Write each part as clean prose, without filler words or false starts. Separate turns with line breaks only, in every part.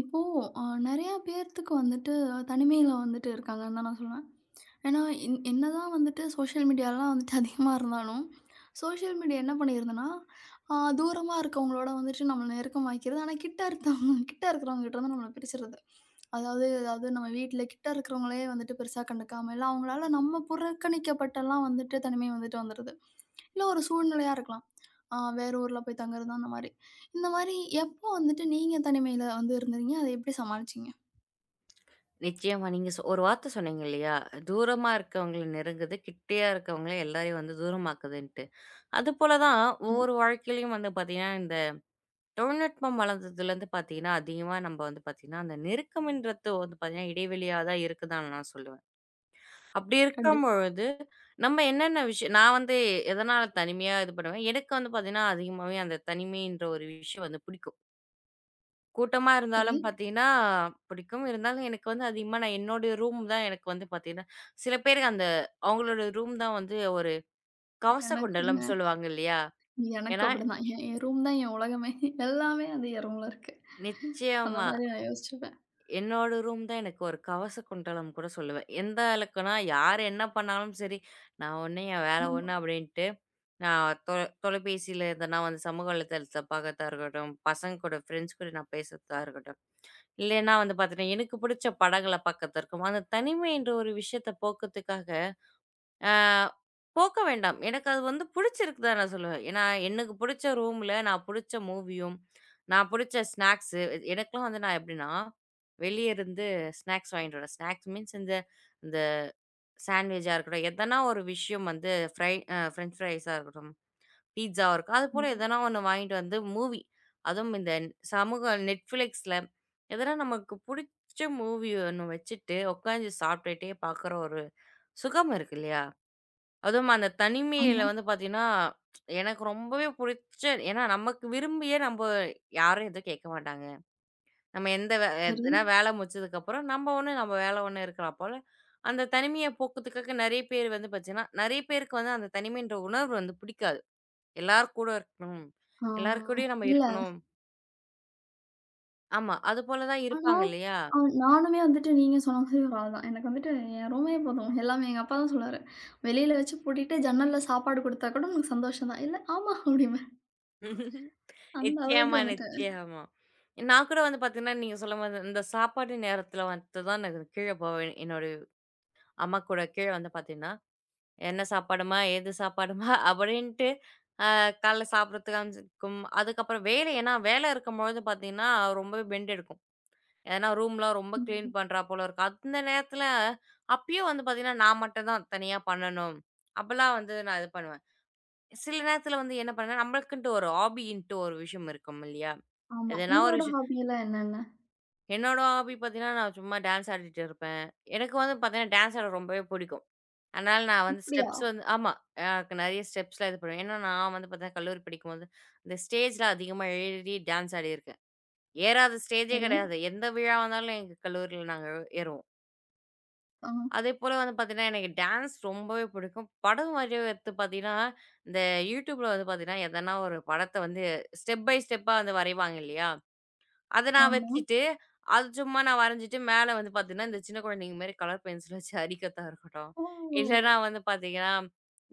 இப்போ நெறையா பேர்த்துக்கு வந்துட்டு தனிமையில வந்துட்டு இருக்காங்கன்னு தான் நான் சொல்லுவேன். ஏன்னா, என்னதான் வந்துட்டு சோஷியல் மீடியாலாம் வந்துட்டு அதிகமா இருந்தாலும், சோஷியல் மீடியா என்ன பண்ணிருதுன்னா, தூரமா இருக்கவங்களோட வந்துட்டு நம்மள நெருக்கமாக்கிறது. ஆனா கிட்ட இருக்கிறவங்ககிட்டருந்து நம்மள பிரிச்சுருது. அதாவது அதாவது நம்ம வீட்ல கிட்ட இருக்கிறவங்களே வந்துட்டு பெருசா கண்டுக்காம, இல்ல அவங்களால நம்ம புறக்கணிக்கப்பட்டெல்லாம் வந்துட்டு தனிமை வந்துட்டு வந்துருது. இல்ல ஒரு சூழ்நிலையா இருக்கலாம். வேற ஊர்ல போய் தங்குறது அந்த மாரி. இந்த மாரி எப்போ வந்துட்டு நீங்க தனிமையில வந்து இருந்தீங்க? அத எப்படி சமாளிச்சீங்க?
நிச்சயமா. நீங்க ஒரு வார்த்தை சொன்னீங்க இல்லையா? தூரமா இருக்கவங்கள நெருங்குது, கிட்டயா இருக்கவங்கள எல்லாரையும் வந்து தூரமாக்குதுன்ட்டு. அதுபோல தான்
ஆமா.
ஒவ்வொரு வாழ்க்கையிலயும் வந்து பார்த்தீங்கன்னா, இந்த தொழில்நுட்பம் வளர்ந்ததுலேருந்து பார்த்தீங்கன்னா, அதிகமா நம்ம வந்து பார்த்தீங்கன்னா, அந்த நெருக்கம்ன்றது வந்து பார்த்தீங்கன்னா, இடைவெளியா தான் இருக்குதான்னு நான் சொல்லுவேன். அப்படி
கண்டிப்பா.
இருக்கும்பொழுது, நம்ம என்னென்ன விஷயம் நான் வந்து எதனால தனிமையா இது பண்ணுவேன், எனக்கு வந்து பார்த்தீங்கன்னா, அதிகமாவே அந்த தனிமைன்ற ஒரு விஷயம் வந்து பிடிக்கும். கூட்டமா
சரி.
இருந்தாலும் பார்த்தீங்கன்னா, பிடிக்கும். இருந்தாலும் எனக்கு வந்து அதிகமா நான் என்னுடைய ரூம் தான் எனக்கு வந்து பார்த்தீங்கன்னா, சில பேருக்கு அந்த அவங்களோட ரூம் தான் வந்து ஒரு
எனக்குங்க
கவசக்குண்டலம் சொல்லுவாங்க இல்லையா?
எனக்கு
ஏன்னா
அப்படிதான். என் என் ரூம் தான் என் உலகமே. எல்லாமே வந்து என் ரூம்ல இருக்கு. அந்த
நிச்சயமா.
மாரி நான் யோசிச்சுப்பேன்.
என்னோட ரூம் தான் எனக்கு ஒரு கவசக்குண்டலம் கூட சொல்லுவேன். எந்த அளவுக்குன்னா, யார் என்ன பண்ணாலும் சரி, நான் ஒண்ணு என் வேலை
ஆமா,
ஒண்ணு அப்டின்ட்டு, நான் தொலைபேசியில எதனா வந்து சமூக வலைதளத்த பார்க்கறதா இருக்கட்டும், பசங்க கூட, ஃப்ரெண்ட்ஸ் கூட நான் பேசுறதா இருக்கட்டும். இல்லைன்னா வந்து பாத்துட்டீங்கன்னா, எனக்கு பிடிச்ச படங்கள பாக்கறது இருக்கும். அந்த தனிமை என்ற ஒரு விஷயத்த போக்கத்துக்காக, ஆ போக்க வேண்டாம். எனக்கு அது வந்து பிடிச்சிருக்கு தான் நான் சொல்லுவேன். ஏன்னா, எனக்கு பிடிச்ச ரூம்ல நான் பிடிச்ச மூவியும், நான் பிடிச்ச ஸ்நாக்ஸு எனக்கெல்லாம் வந்து நான் எப்படின்னா, வெளிய இருந்து ஸ்நாக்ஸ் வாங்கிட்டு வருவேன். ஸ்நாக்ஸ் மீன்ஸ் இந்த இந்த சாண்ட்விட்ஜா இருக்கட்டும், எதனா ஒரு விஷயம் வந்து ஃப்ரை அ ஃப்ரெஞ்ச் ஃப்ரைஸா இருக்கட்டும் பீட்ஸாவா இருக்கும். அதுபோல
ஆமா,
எதனா ஒண்ணு வாங்கிட்டு வந்து மூவி, அதுவும் இந்த சமூக Netflixல எதனா நமக்கு புடிச்ச மூவி ஒண்ணு வச்சுட்டு உட்காந்து சாப்பிட்டுட்டே பார்க்குற ஒரு சுகம் இருக்கு இல்லையா? அதுவும் அந்த தனிமையில
ஆமா.
வந்து பார்த்தீங்கன்னா, எனக்கு ரொம்பவே புடிச்ச ஏன்னா நமக்கு விரும்பியே நம்ப யாரும் எதுவும் கேட்க மாட்டாங்க. நம்ம எந்த
சரி.
எதுனா வேலை முடிச்சதுக்கப்புறம் நம்ம ஒண்ணு நம்ம வேலை ஒண்ணு இருக்கலாம் போல. அந்த தனிமைய போக்குறதுக்காக நெறைய பேர் வந்து பார்த்தீங்கன்னா, நெறைய பேருக்கு வந்து அந்த தனிமைன்ற உணர்வு வந்து பிடிக்காது. எல்லார் கூட இருக்கணும்.
ஆ.
எல்லார் கூடயும் நம்ம
இல்ல.
இருக்கணும். ஆமா. அதுபோல தான்
ஆனா
இருப்பாங்க இல்லையா?
அ நானுமே வந்துட்டு நீங்க சொன்ன மாரி ஒரு ஆள் தான். எனக்கு வந்துட்டு என் ரூமே போதும். எல்லாமே எங்க அப்பா தான் சொல்லுவாரு. "வெளியில வச்சு பூட்டிட்டு ஜன்னல்ல சாப்பாடு குடுத்தா கூட உனக்கு சந்தோஷம் தான்." இல்ல, "ஆமா." அப்படிம்பேன். அந்த அளவுக்கு
நிச்சயமா,
வந்துட்டேன்.
நிச்சயமா. நான் கூட வந்து பார்த்தீங்கன்னா, நீங்க சொல்ல மாரி இந்த சாப்பாடு நேரத்தில வந்து தான் நான் கீழ போவேன். என்னோட அம்மா கூட கீழ வந்து பார்த்தீங்கன்னா, என்ன சாப்பாடுமா? ஏது சாப்பாடுமா? அப்படின்ட்டு காலைல சாப்பிடறதுக்கு அமைச்சிருக்கும். அதுக்கப்புறம் வேலை ஏன்னா வேலை இருக்கும்பொழுது பார்த்தீங்கன்னா, ரொம்பவே பெண்ட் எடுக்கும். ஏன்னா ரூம்லாம் ரொம்ப கிளீன்
ம்.
பண்றா போல இருக்கும். அந்த நேரத்துல அப்பயும் வந்து பார்த்தீங்கன்னா, நான் மட்டும் தான் தனியா பண்ணணும். அப்பலாம் வந்து நான் இது பண்ணுவேன். சில நேரத்துல வந்து என்ன பண்ணுவேன், நம்மளுக்குன்ட்டு ஒரு ஹாபின்ட்டு ஒரு விஷயம் இருக்கும் இல்லையா?
ஆமா.
எதனா ஒரு
உங்களோட
விஷயம்
ஹாபி எல்லாம் என்னென்ன?
என்னோட ஹாபி பார்த்தீங்கன்னா, நான் சும்மா டான்ஸ் ஆடிட்டு இருப்பேன். எனக்கு வந்து பார்த்தீங்கன்னா, டான்ஸ் ஆட ரொம்பவே பிடிக்கும். அதனால நான் வந்து
அப்படியா?
ஸ்டெப்ஸ் வந்து ஆமா. எனக்கு நெறைய ஸ்டெப்ஸ்லாம் இது பண்ணுவேன். ஏன்னா நான் வந்து பார்த்தீங்கன்னா, கல்லூரி படிக்கும்போது இந்த ஸ்டேஜ்ல அதிகமா ஏறி டான்ஸ் ஆடியிருக்கேன். ஏறாத ஸ்டேஜே
சரி.
கிடையாது. எந்த விழா வந்தாலும் எங்க கல்லூரியில நாங்க ஏறுவோம்.
ஆ.
அதேபோல வந்து பார்த்தீங்கன்னா, எனக்கு டான்ஸ் ரொம்பவே பிடிக்கும். படம் வரைய எடுத்து பார்த்தீங்கன்னா, இந்த YouTubeல வந்து பார்த்தீங்கன்னா, எதனா ஒரு படத்த வந்து ஸ்டெப் பை ஸ்டெப்பா வந்து வரைவாங்க இல்லையா? அத நான்
ஆமா.
வச்சுட்டு, அது சும்மா நான் வரைஞ்சுட்டு மேல வந்து பார்த்தீங்கன்னா, இந்த சின்ன குழந்தைங்க மாரி கலர் பென்சில் வச்சு அரிக்கிறதா இருக்கட்டும். இல்லன்னா
ஓ!
வந்து பார்த்தீங்கன்னா,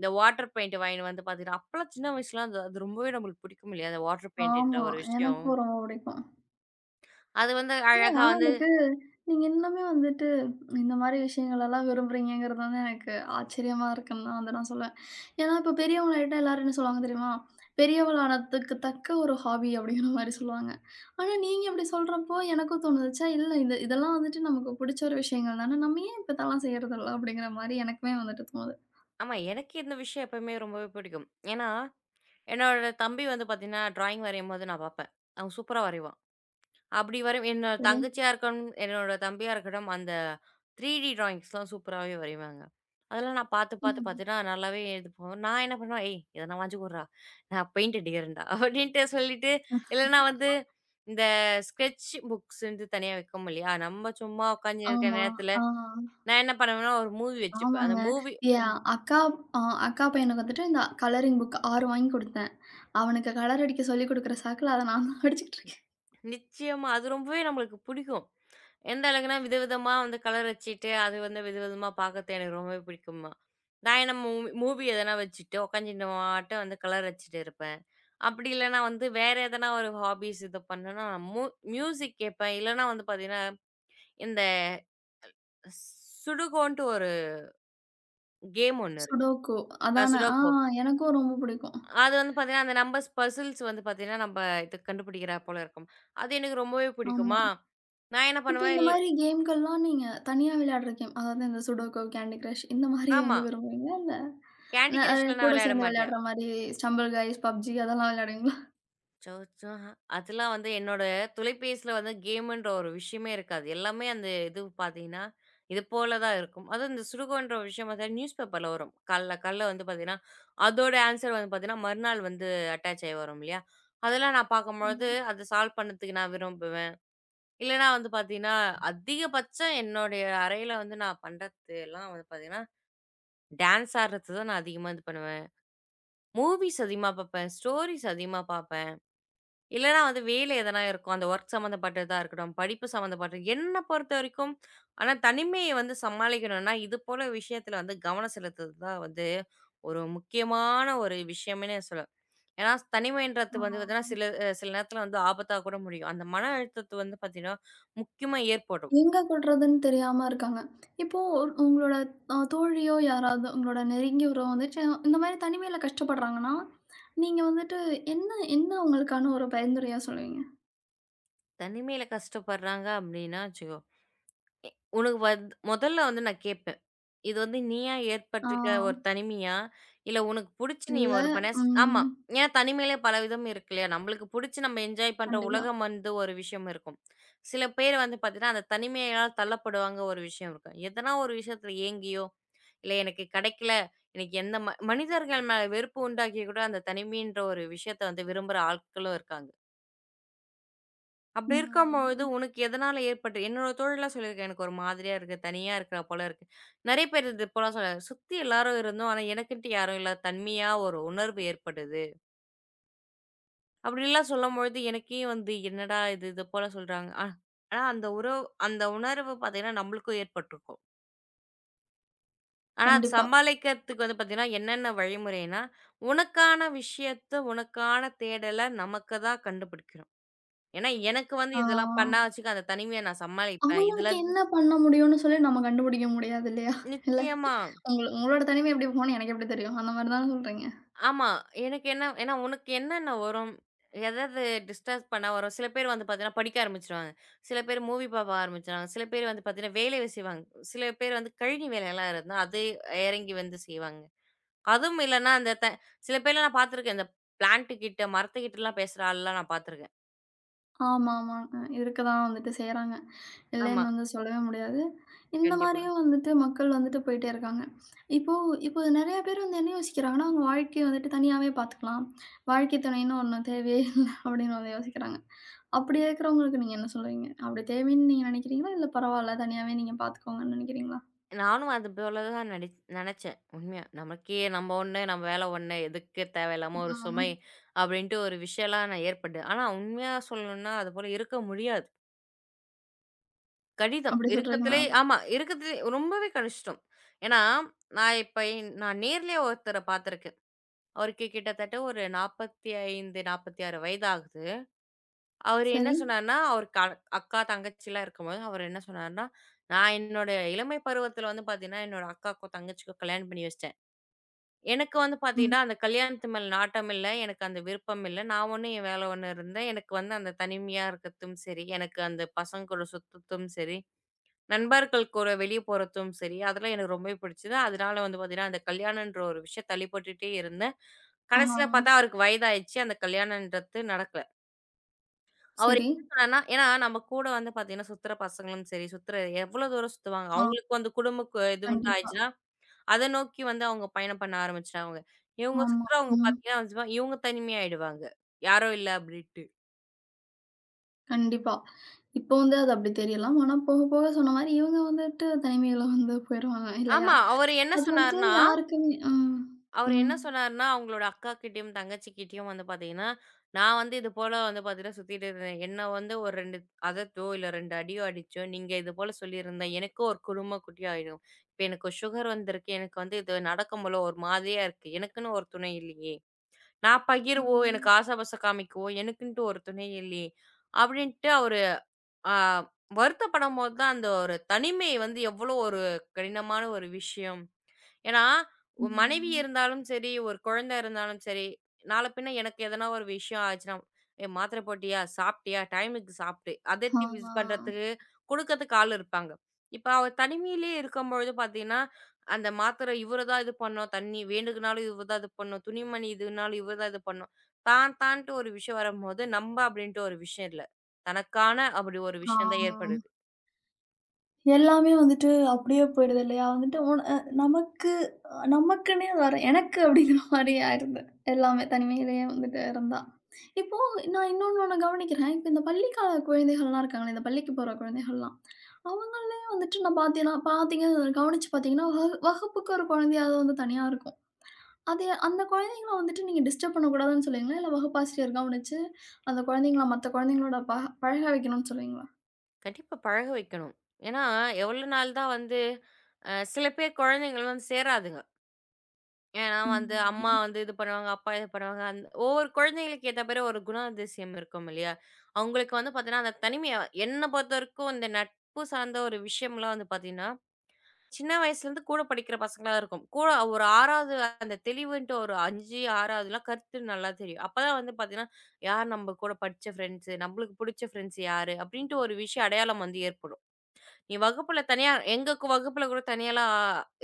இந்த வாட்டர் பெயிண்ட் வாங்கின்னு வந்து பார்த்தீங்கன்னா, அப்பலாம் சின்ன வயசுல அது அது ரொம்பவே நம்மளுக்கு பிடிக்கும் இல்லையா? அந்த வாட்டர் பெயிண்ட்ன்ற
ஆமா.
ஒரு விஷயம்.
எனக்கும் ரொம்ப பிடிக்கும்.
அது வந்து
இல்ல.
அழகா
ஆனா
வந்து
எனக்கு நீங்க இன்னுமே வந்துட்டு இந்த மாரி விஷயங்களெல்லாம் விரும்புறீங்கங்கிறது வந்து எனக்கு ஆச்சரியமா இருக்குன்னு தான் வந்து நான் சொல்லுவேன். ஏன்னா, இப்ப பெரியவங்கள்ட்ட எல்லாரும் என்ன சொல்லுவாங்க தெரியுமா? பெரியவளானதுக்கு தக்க ஒரு ஹாபி அப்படிங்கிற மாரி சொல்லுவாங்க. ஆனா நீங்க இப்படி சொல்றப்போ எனக்கும் தோணுது, ச்சே இல்ல இது இதெல்லாம் வந்துட்டு நமக்கு புடிச்ச ஒரு விஷயங்கள் தானே. நம்ம ஏன் இப்ப இதெல்லாம் செய்றதில்ல அப்படிங்கிற மாரி எனக்குமே வந்துட்டு தோணுது.
ஆமா. எனக்கு இந்த விஷயம் எப்பவுமே ரொம்பவே பிடிக்கும். ஏன்னா என்னோட தம்பி வந்து பார்த்தீங்கன்னா, ட்ராயிங் வரையும்போது நான் பார்ப்பேன். அவன் சூப்பரா வரைவான். அப்படி வரை என்னோட
சரி.
தங்கச்சியா இருக்கணும், என்னோட தம்பியா இருக்கட்டும், அந்த 3D டிராயிங்ஸ்லாம் சூப்பராவே வரைவாங்க. அதெல்லாம் நான் பார்த்து, பார்த்து
ம்.
பார்த்தீன்னா, நல்லாவே இது போகும். நான் என்ன பண்ணுவேன், "ஏய்! எதனா வாங்கி குட்றா, நான் பெயிண்ட் அடிக்கிறேன்டா" அப்படின்ட்டு சொல்லிட்டு, இல்லைன்னா வந்து இந்த ஸ்கெட்ச் புக்ஸ்ன்ட்டு தனியா விக்கும் இல்லையா? நம்ம சும்மா உட்காந்துருக்க
ஆமா.
நேரத்தில,
ஆ.
நான் என்ன பண்ணுவேன்னா, ஒரு மூவி வச்சுப்பேன். அந்த
ஆமாங்க.
மூவி
என் அ அக்கா பையனுக்கு வந்துட்டு இந்த கலரிங் புக் 6 வாங்கி குடுத்தேன். அவனுக்கு கலர் அடிக்க சொல்லிக் குடுக்குற சாக்குல, அத நான் தான் அடிச்சுக்கிட்டு இருக்கேன்.
நிச்சயமா அது ரொம்பவே நம்மளுக்கு பிடிக்கும். எந்த அளவுக்குன்னா, விதவிதமா வந்து கலர் அடிச்சுட்டு, அது வந்து விதவிதமா பாக்கறது எனக்கு ரொம்பவே பிடிக்குமா. நான் என்ன மூவி மூவி எதனா வச்சுட்டு உட்காந்து இந்த மாட்டம் வந்து கலர் அடிச்சுட்டு இருப்பேன். அப்படி இல்லன்னா வந்து வேற எதனா ஒரு ஹாபீஸ் இது பண்ணேன்னா, மூ மியூசிக் கேட்பேன். இல்லன்னா வந்து பாத்தீங்கன்னா, இந்த சுடுகோன்ட்டு ஒரு கேம் ஒண்ணு இருக்கு.
சுடோக்கு அதானே! ஆ.
சுடோகோ.
எனக்கும் ரொம்ப பிடிக்கும்.
அது வந்து பாத்தீங்கன்னா, அந்த நம்பர்ஸ் பசில்ஸ் வந்து பாத்தீங்கன்னா, நம்ப இது கண்டுபிடிக்கிறா போல இருக்கும். அது எனக்கு ரொம்பவே
ஆமா.
பிடிக்குமா. நான் என்ன
இப்ப
பண்ணுவேன்
இந்த
இல்
மாரி கேம்கள்லாம் நீங்க தனியா விளையாடுற கேம், அதாவது இந்த சுடோக்கு, கேண்டி கிரஷ் இந்த மாரி
ஆமா.
வந்து விரும்புவீங்களா?
கேண்டி
இல்ல ந
கிரஷ்லாம் நான்
கூட
விளையாட
சேர்ந்து
மாட்டேன்.
விளையாடுற மாரி ஸ்டம்பிள் கைஸ், பப்ஜி அதெல்லாம் விளையாடுவீங்களா?
அச்சச்சோ! அதெல்லாம் வந்து என்னோட தொலைபேசியில வந்து கேம்ன்ற ஒரு விஷயமே இருக்காது. எல்லாமே அந்த இது பார்த்தீங்கன்னா, இது போல தான் இருக்கும். அதுவும் இந்த சுடுகோன்ற ஒரு விஷயம் பார்த்தீங்கன்னா, நியூஸ் பேப்பர்ல வரும். காலைல காலைல வந்து பார்த்தீங்கன்னா, அதோட ஆன்சர் வந்து பார்த்தீங்கன்னா, மறுநாள் வந்து அட்டாச் ஆயி வரும் இல்லையா? அதெல்லாம் நான் பார்க்கும்பொழுது, அத சால்வ் பண்ணதுக்கு நான் விரும்புவேன். இல்லன்னா வந்து பார்த்தீங்கன்னா, அதிகபட்சம் என்னுடைய அறையில வந்து நான் பண்றது எல்லாம் வந்து பார்த்தீங்கன்னா, டான்ஸ் ஆடுறது தான் நான் அதிகமா இது பண்ணுவேன். மூவிஸ் அதிகமா பார்ப்பேன். ஸ்டோரீஸ் அதிகமா பார்ப்பேன். இல்லன்னா வந்து வேலை எதனா இருக்கும். அந்த வொர்க் சம்மந்தப்பட்டதா இருக்கட்டும், படிப்பு சம்மந்தப்பட்டது. என்ன பொறுத்தவரைக்கும் ஆனா தனிமைய வந்து சமாளிக்கணும்னா, இது போல விஷயத்துல வந்து கவனம் செலுத்துறது தான் வந்து ஒரு முக்கியமான ஒரு விஷயம்னே சொல்லலாம். ஏன்னா தனிமைன்றது
ஆ.
வந்து பார்த்தீங்கன்னா, சில சில நேரத்துல வந்து ஆபத்தா கூட முடியும். அந்த மன அழுத்தத்த வந்து பார்த்தீங்கன்னா, முக்கியமா ஏற்படும்.
எங்க கொட்டுறதுன்னு தெரியாம இருக்காங்க. இப்போ உங்களோட தோழியோ யாராவது உங்களோட நெருங்கிய உறவு வந்துட்டு இந்த மாரி தனிமையில கஷ்டப்படுறாங்கன்னா, நீங்க வந்துட்டு என்ன என்ன அவங்களுக்கான ஒரு பரிந்துரையா சொல்லுவீங்க?
தனிமையில கஷ்டப்படுறாங்க அப்டின்னா வச்சுக்கோ, உனக்கு வந்து முதல்ல வந்து நான் கேட்பேன். இது வந்து நீயா
ஆ,
ஏற்பட்டிருக்கிற ஒரு தனிமையா? இல்ல உனக்கு புடிச்சு நீ
இல்ல.
ஒரு மனஸ் ஆமா.
ம்.
ஏன்னா தனிமையிலே பல விதம் இருக்கு இல்லையா? நம்மளுக்கு புடிச்சு நம்ம என்ஜாய் பண்ற
கண்டிப்பா.
உலகம் வந்து ஒரு விஷயம் இருக்கும். சில பேர் வந்து பார்த்தீங்கன்னா, அந்த தனிமையால் தள்ளப்படுவாங்க ஒரு விஷயம் இருக்கும். எதனா ஒரு விஷயத்துல ஏங்கியோ, இல்ல எனக்கு கிடைக்கல, எனக்கு எந்த மனிதர்கள் மேல வெறுப்பு உண்டாக்கி கூட அந்த தனிமைன்ற ஒரு விஷயத்த வந்து விரும்புற ஆட்களும் இருக்காங்க. அப்படி இருக்கும்பொழுது,
ம்.
உனக்கு எதனால ஏற்பட்டு என்னோட தோழிலாம் சொல்லியிருக்கா, "எனக்கு ஒரு மாதிரியா இருக்கு. தனியா இருக்கிறா போல இருக்கு." நெறைய பேர் இது போலாம் சொல்ல சுத்தி எல்லாரும் இருந்தோம். ஆனா எனக்குன்ட்டு யாரும் இல்ல. தனிமையா ஒரு உணர்வு ஏற்படுது. அப்படிலாம் சொல்லும்பொழுது, எனக்கே வந்து என்னடா இது, இது போல சொல்றாங்க. ஆனா அந்த உறவு அந்த உணர்வு பார்த்தீங்கன்னா, நம்மளுக்கும் ஏற்பட்டுருக்கும். ஆனா அது
கண்டிப்பா.
சமாளிக்கிறதுக்கு வந்து பார்த்தீங்கன்னா, என்னென்ன வழிமுறைன்னா, உனக்கான விஷயத்த, உனக்கான தேடல நமக்கு தான் கண்டுபிடிக்கணும். ஏன்னா, எனக்கு வந்து
ஆ
இதெல்லாம் பண்ணா வச்சுக்க அந்த தனிமைய நான் சமாளிப்பேன். இதுல
அவங்களுக்கு என்ன பண்ண முடியும்னு சொல்லி நம்ம கண்டுபிடிக்க முடியாது இல்லையா? இல்ல.
நிச்சயமா.
உங்களோட தனிமை எப்படி போகும்னு எனக்கு எப்படி தெரியும்? அந்த மாரி தான சொல்றீங்க?
ஆமா. எனக்கு என்ன ஏன்னா உனக்கு என்னென்ன வரும்? எதாவது டிஸ்டர்ப் பண்ணா வரும். சில பேர் வந்து பார்த்தீங்கன்னா, படிக்க ஆரம்பிச்சுருவாங்க. சில பேர் மூவி பார்க்க ஆரம்பிச்சுருவாங்க. சில பேர் வந்து பார்த்தீங்கன்னா, வேலைய செய்வாங்க. சில பேர் வந்து கழனி வேலைலாம் இருந்தா, அது இறங்கி வந்து செய்வாங்க. அதுவும் இல்லன்னா, அந்த சில பேர்லாம் நான் பார்த்துருக்கேன். இந்த பிளான்ட்டு கிட்ட, மரத்துக்கிட்டலாம் பேசுற ஆள்லாம் நான் பார்த்துருக்கேன்.
ஆமா, ஆமாங்க. இருக்க தான் வந்துட்டு செய்றாங்க.
ஆமா.
இல்லைன்னு வந்து சொல்லவே முடியாது. இந்த
கண்டிப்பா.
மாரியும் வந்துட்டு மக்கள் வந்துட்டு போயிட்டே இருக்காங்க. இப்போ. நெறைய பேர் வந்து என்ன யோசிக்கிறாங்கன்னா, அவங்க வாழ்க்கைய வந்துட்டு தனியாவே பார்த்துக்கலாம். வாழ்க்கை துணைன்னு ஒண்ணு தேவையே இல்ல அப்படின்னு வந்து யோசிக்கிறாங்க. அப்படி இருக்கிறவங்களுக்கு நீங்க என்ன சொல்லுவீங்க? அப்படி தேவைன்னு நீங்க நினைக்கிறீங்களா? இல்ல பரவால்ல தனியாவே நீங்க பார்த்துக்கோங்கன்னு நினைக்கிறீங்களா?
நானும் அது போல தான் நெனச்சேன். உண்மையா. நமக்கே நம்ம ஒண்ணு, நம்ம வேலை ஒண்ணு, எதுக்கு தேவையில்லாம ஒரு சுமை
ம்.
அப்படின்ட்டு ஒரு விஷயம்லாம் நான் ஏற்பட்டு. ஆனா உண்மையா சொல்லணும்னா, அது போல இருக்க முடியாது. கடினம்.
அப்படி சொல்றீங்களா?
இருக்கத்திலே ஆமா. இருக்கத்திலே ரொம்பவே கஷ்டம். ஏன்னா, நான் இப்ப நான் நேர்லயே ஒருத்தர பார்த்துருக்கேன். அவருக்கு கிட்டத்தட்ட ஒரு 45, 46 வயது ஆகுது. அவரு என்ன
சரி.
சொன்னாருன்னா, அவருக்கு அக்கா, தங்கச்சிலாம் இருக்கும்போது அவர் என்ன சொன்னாருன்னா, "நான் என்னோட இளமை பருவத்தில வந்து பார்த்தீங்கன்னா, என்னோட அக்காவுக்கும், தங்கச்சிக்கும் கல்யாணம் பண்ணி வச்சுட்டேன்." எனக்கு வந்து
ம்.
பார்த்தீங்கன்னா, அந்த கல்யாணத்து மேல நாட்டம் இல்ல. எனக்கு அந்த விருப்பம் இல்ல. நான் ஒண்ணு என் வேலை ஒண்ணு இருந்தேன். எனக்கு வந்து அந்த தனிமையா இருக்கத்தும் சரி, எனக்கு அந்த பசங்க கூட சுத்தத்தும் சரி, நண்பர்கள் கூட வெளிய போறதும் சரி, அதெல்லாம் எனக்கு ரொம்பவே பிடிச்சது. அதனால வந்து பார்த்தீங்கன்னா, அந்த கல்யாணம்ன்ற ஒரு விஷயம் தள்ளிப்போட்டுட்டே இருந்தேன்.
ஆ.
கடைசியில பார்த்தா அவருக்கு வயதாயிருச்சு. அந்த கல்யாணம்ன்றது நடக்கல. அவரு
சரி.
என்ன சொன்னாருன்னா, ஏன்னா நம்ம கூட வந்து பார்த்தீங்கன்னா, சுத்துற பசங்களும் சரி, சுத்துற எவ்வளோ தூரம் சுத்துவாங்க?
ஆ.
அவங்களுக்கு வந்து குடும்ப இதுவுன்னு
கண்டிப்பா.
ஆயிடுச்சுன்னா அத நோக்கி வந்து அவங்க பயணம் பண்ண ஆரம்பிச்சுட்டாங்க. இவங்க
ஆமா.
சுத்துறவங்க
ம்.
பார்த்தீங்கன்னா, இவங்க தனிமையாயிடுவாங்க. யாரும் இல்ல அப்படின்ட்டு.
கண்டிப்பா. இப்போ வந்து அது அப்படி தெரியலாம். ஆனா போக, போக சொன்ன மாரி இவங்க வந்துட்டு தனிமையில வந்து போயிருவாங்க இல்லையா?
ஆமா.
அது வந்துட்டு யாருக்குமே ம்.
அவரு
ம்.
என்ன சொன்னாருன்னா, அவங்களோட அக்காகிட்டயும், தங்கச்சிகிட்டயும் வந்து பார்த்தீங்கன்னா, நான் வந்து இது போல வந்து பார்த்தீங்கன்னா சுத்திட்டு இருந்தேன். என்ன வந்து ஒரு 2 அதட்டோ, இல்ல 2 அடியோ அடிச்சோ, நீங்க இது போல சொல்லியிருந்தா, எனக்கும் ஒரு குடும்ப குட்டி ஆயிடும். இப்ப எனக்கு சுகர் வந்திருக்கு. எனக்கு வந்து இது நடக்கும்போல ஒரு மாதிரியா இருக்கு. எனக்குன்னு ஒரு துணை இல்லையே. நான் பகிரவோ, எனக்கு
ம்.
ஆசாபாசம் காமிக்கவோ, எனக்குன்ட்டு ஒரு துணை இல்லையே! அப்பிடின்ட்டு அவரு ஆ வருத்தப்படும்போது தான் அந்த ஒரு தனிமை வந்து எவ்ளோ ஒரு கடினமான ஒரு விஷயம். ஏன்னா, ஒரு மனைவி
ம்.
இருந்தாலும் சரி, ஒரு குழந்தை இருந்தாலும் சரி, நாள பின்ன எனக்கு எதனா ஒரு விஷயம் ஆச்சுன்னா, "ஏ மாத்திர போட்டியா? சாப்பிட்டியா? டைமுக்கு சாப்பிடு." அதட்டி மிஸ்
ஆ.
பண்றதுக்கு, குடுக்கறதுக்கு ஆள் இருப்பாங்க. இப்ப அவ தனிமையிலேயே இருக்கும்பொழுது பார்த்தீங்கன்னா, அந்த மாத்திரை இவரு தான் இது பண்ணும், தண்ணி வேணுக்குனாலும் இவரு தான் இது பண்ணும், துணிமணி இதுனாலும் இவரு தான் இது பண்ணும். தான் தான்ட்டு ஒரு விஷயம் வரும்போது, "நம்ப" அப்படின்ட்டு ஒரு விஷயம் இல்ல. தனக்கான அப்படி ஒரு
ஆ.
விஷயம் தான் ஏற்படுது.
எல்லாமே வந்துட்டு அப்படியே போயிடுது இல்லையா? வந்துட்டு உன் அ நமக்கு நமக்குன்னே வர எனக்கு அப்படிங்கிற மாரி ஆயிருது. எல்லாமே தனிமையிலேயே வந்துட்டு இருந்தா. இப்போ நான் ஒண்ணு கவனிக்கிறேன். இப்ப இந்த பள்ளிக்கால குழந்தைகள்லாம் இருக்காங்களே, இந்த பள்ளிக்கு போற குழந்தைகள்லாம். அவங்களே வந்துட்டு நான் பார்த்தேன்னா பார்த்தீங்க கவனிச்சு பார்த்தீங்கன்னா, வகுப்புக்கு ஒரு குழந்தையாவது வந்து தனியா இருக்கும். அதே அந்த குழந்தைங்கள வந்துட்டு நீங்க டிஸ்டர்ப் பண்ணக்கூடாதுன்னு சொல்லுவீங்களா? இல்ல வகுப்பாசிரியர் கவனிச்சு, அந்த குழந்தைங்கள மத்த குழந்தைங்களோட பழக வைக்கணும்னு சொல்லுவீங்களா?
கண்டிப்பா பழக வைக்கணும். ஏன்னா, எவ்வளோ நாள் தான் வந்து சில பேர் குழந்தைகள் வந்து சேராதுங்க. ஏன்னா வந்து அம்மா
ம்.
வந்து இது பண்ணுவாங்க, அப்பா இது பண்ணுவாங்க. ஒவ்வொரு குழந்தைகளுக்கு ஏத்த மாரி ஒரு குணாதிசயம் இருக்கும் இல்லையா? அவங்களுக்கு வந்து பார்த்தீங்கன்னா, அந்த தனிமைய என்ன பொறுத்தவரைக்கும் இந்த நட்பு சார்ந்த ஒரு விஷயம்லாம் வந்து பார்த்தீங்கன்னா, சின்ன வயசுலேருந்து கூட படிக்கிற பசங்களா இருக்கும். கூட ஒரு 6வது அந்த தெளிவுன்ட்டு ஒரு 5, 6வதுலாம் கருத்து நல்லா தெரியும். அப்பதான் வந்து பார்த்தீங்கன்னா, யார் நம்ம கூட படிச்ச ஃப்ரெண்ட்ஸு, நம்மளுக்கு புடிச்ச ஃப்ரெண்ட்ஸ் யாரு? அப்படின்ட்டு ஒரு விஷயம் அடையாளம் வந்து ஏற்படும். நீ வகுப்புல தனியா எங்க வகுப்புல கூட தனியாலாம்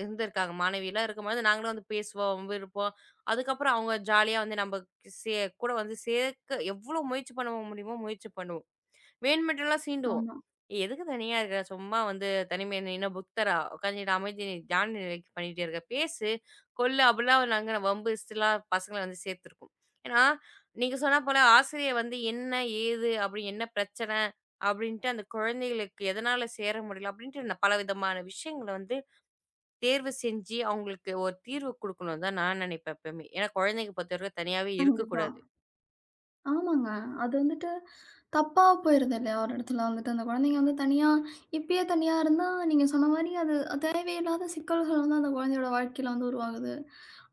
இருந்திருக்காங்க. மாணவிலாம் இருக்கும்போது, நாங்களும் வந்து பேசுவோம், இருப்போம். அதுக்கப்புறம் அவங்க ஜாலியா வந்து நம்ம சே கூட வந்து சேர்க்க எவ்வளோ முயற்சி பண்ண முடியுமோ முயற்சி பண்ணுவோம். வேணுமென்ட்டெல்லாம் சீண்டுவோம்.
ஆமா.
"ஏய், எதுக்கு தனியா இருக்க? சும்மா வந்து தனிமையா நின்னா புத்தரா? உட்காந்துட்டு அமைதி நீ தியான நிலைக்கு பண்ணிட்டே இருக்க. பேசு, கொல்லு அப்படிலாம் நாங்க வம்பு இஸ்ட்டுலாம் பசங்கள வந்து சேர்த்துருக்கோம். ஏன்னா, நீங்க சொன்னா போல ஆசிரியர் வந்து என்ன? ஏது? அப்படி என்ன பிரச்சனை? அப்படின்ட்டு அந்த குழந்தைகளுக்கு எதனால சேர முடியல? அப்படின்ட்டு நான் பலவிதமான விஷயங்கள வந்து தேர்வு செஞ்சு அவங்களுக்கு ஒரு தீர்வு குடுக்கணும்னு தான் நான் நினைப்பேன் எப்பவுமே. ஏன்னா குழந்தைங்க பொறுத்தவரைக்கும் தனியாவே
கண்டிப்பா.
இருக்கக்கூடாது.
ஆமாங்க. அது வந்துட்டு தப்பா போயிருது இல்லையா? ஒரு இடத்துல வந்துட்டு அந்த குழந்தைங்க வந்து தனியா இப்பயே தனியா இருந்தா, நீங்க சொன்ன மாரி அது தேவையில்லாத சிக்கல்கள் வந்து அந்த குழந்தையோட வாழ்க்கையில வந்து உருவாகுது.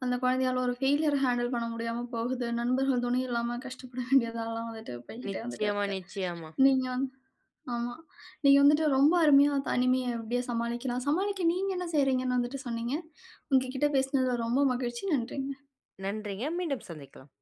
அந்த குழந்தையால ஒரு ஃபெயிலியர் ஹேண்டில் பண்ண முடியாம போகுது. நண்பர்கள் துணை இல்லாம கஷ்டப்பட வேண்டியதாலாம் வந்துட்டு போய்க்கிட்டே வந்துட்டு
நிச்சயமா,
இருக்கு.
நிச்சயமா.
நீங்க வந்து ஆமா. நீங்க வந்துட்டு ரொம்ப அருமையா தனிமைய எப்படியே சமாளிக்கலாம். சமாளிக்க நீங்க என்ன செய்றீங்கன்னு வந்துட்டு சொன்னீங்க. உங்ககிட்ட பேசினதுல ரொம்ப மகிழ்ச்சி. நன்றிங்க.
நன்றிங்க. மீண்டும் சந்திக்கலாம்.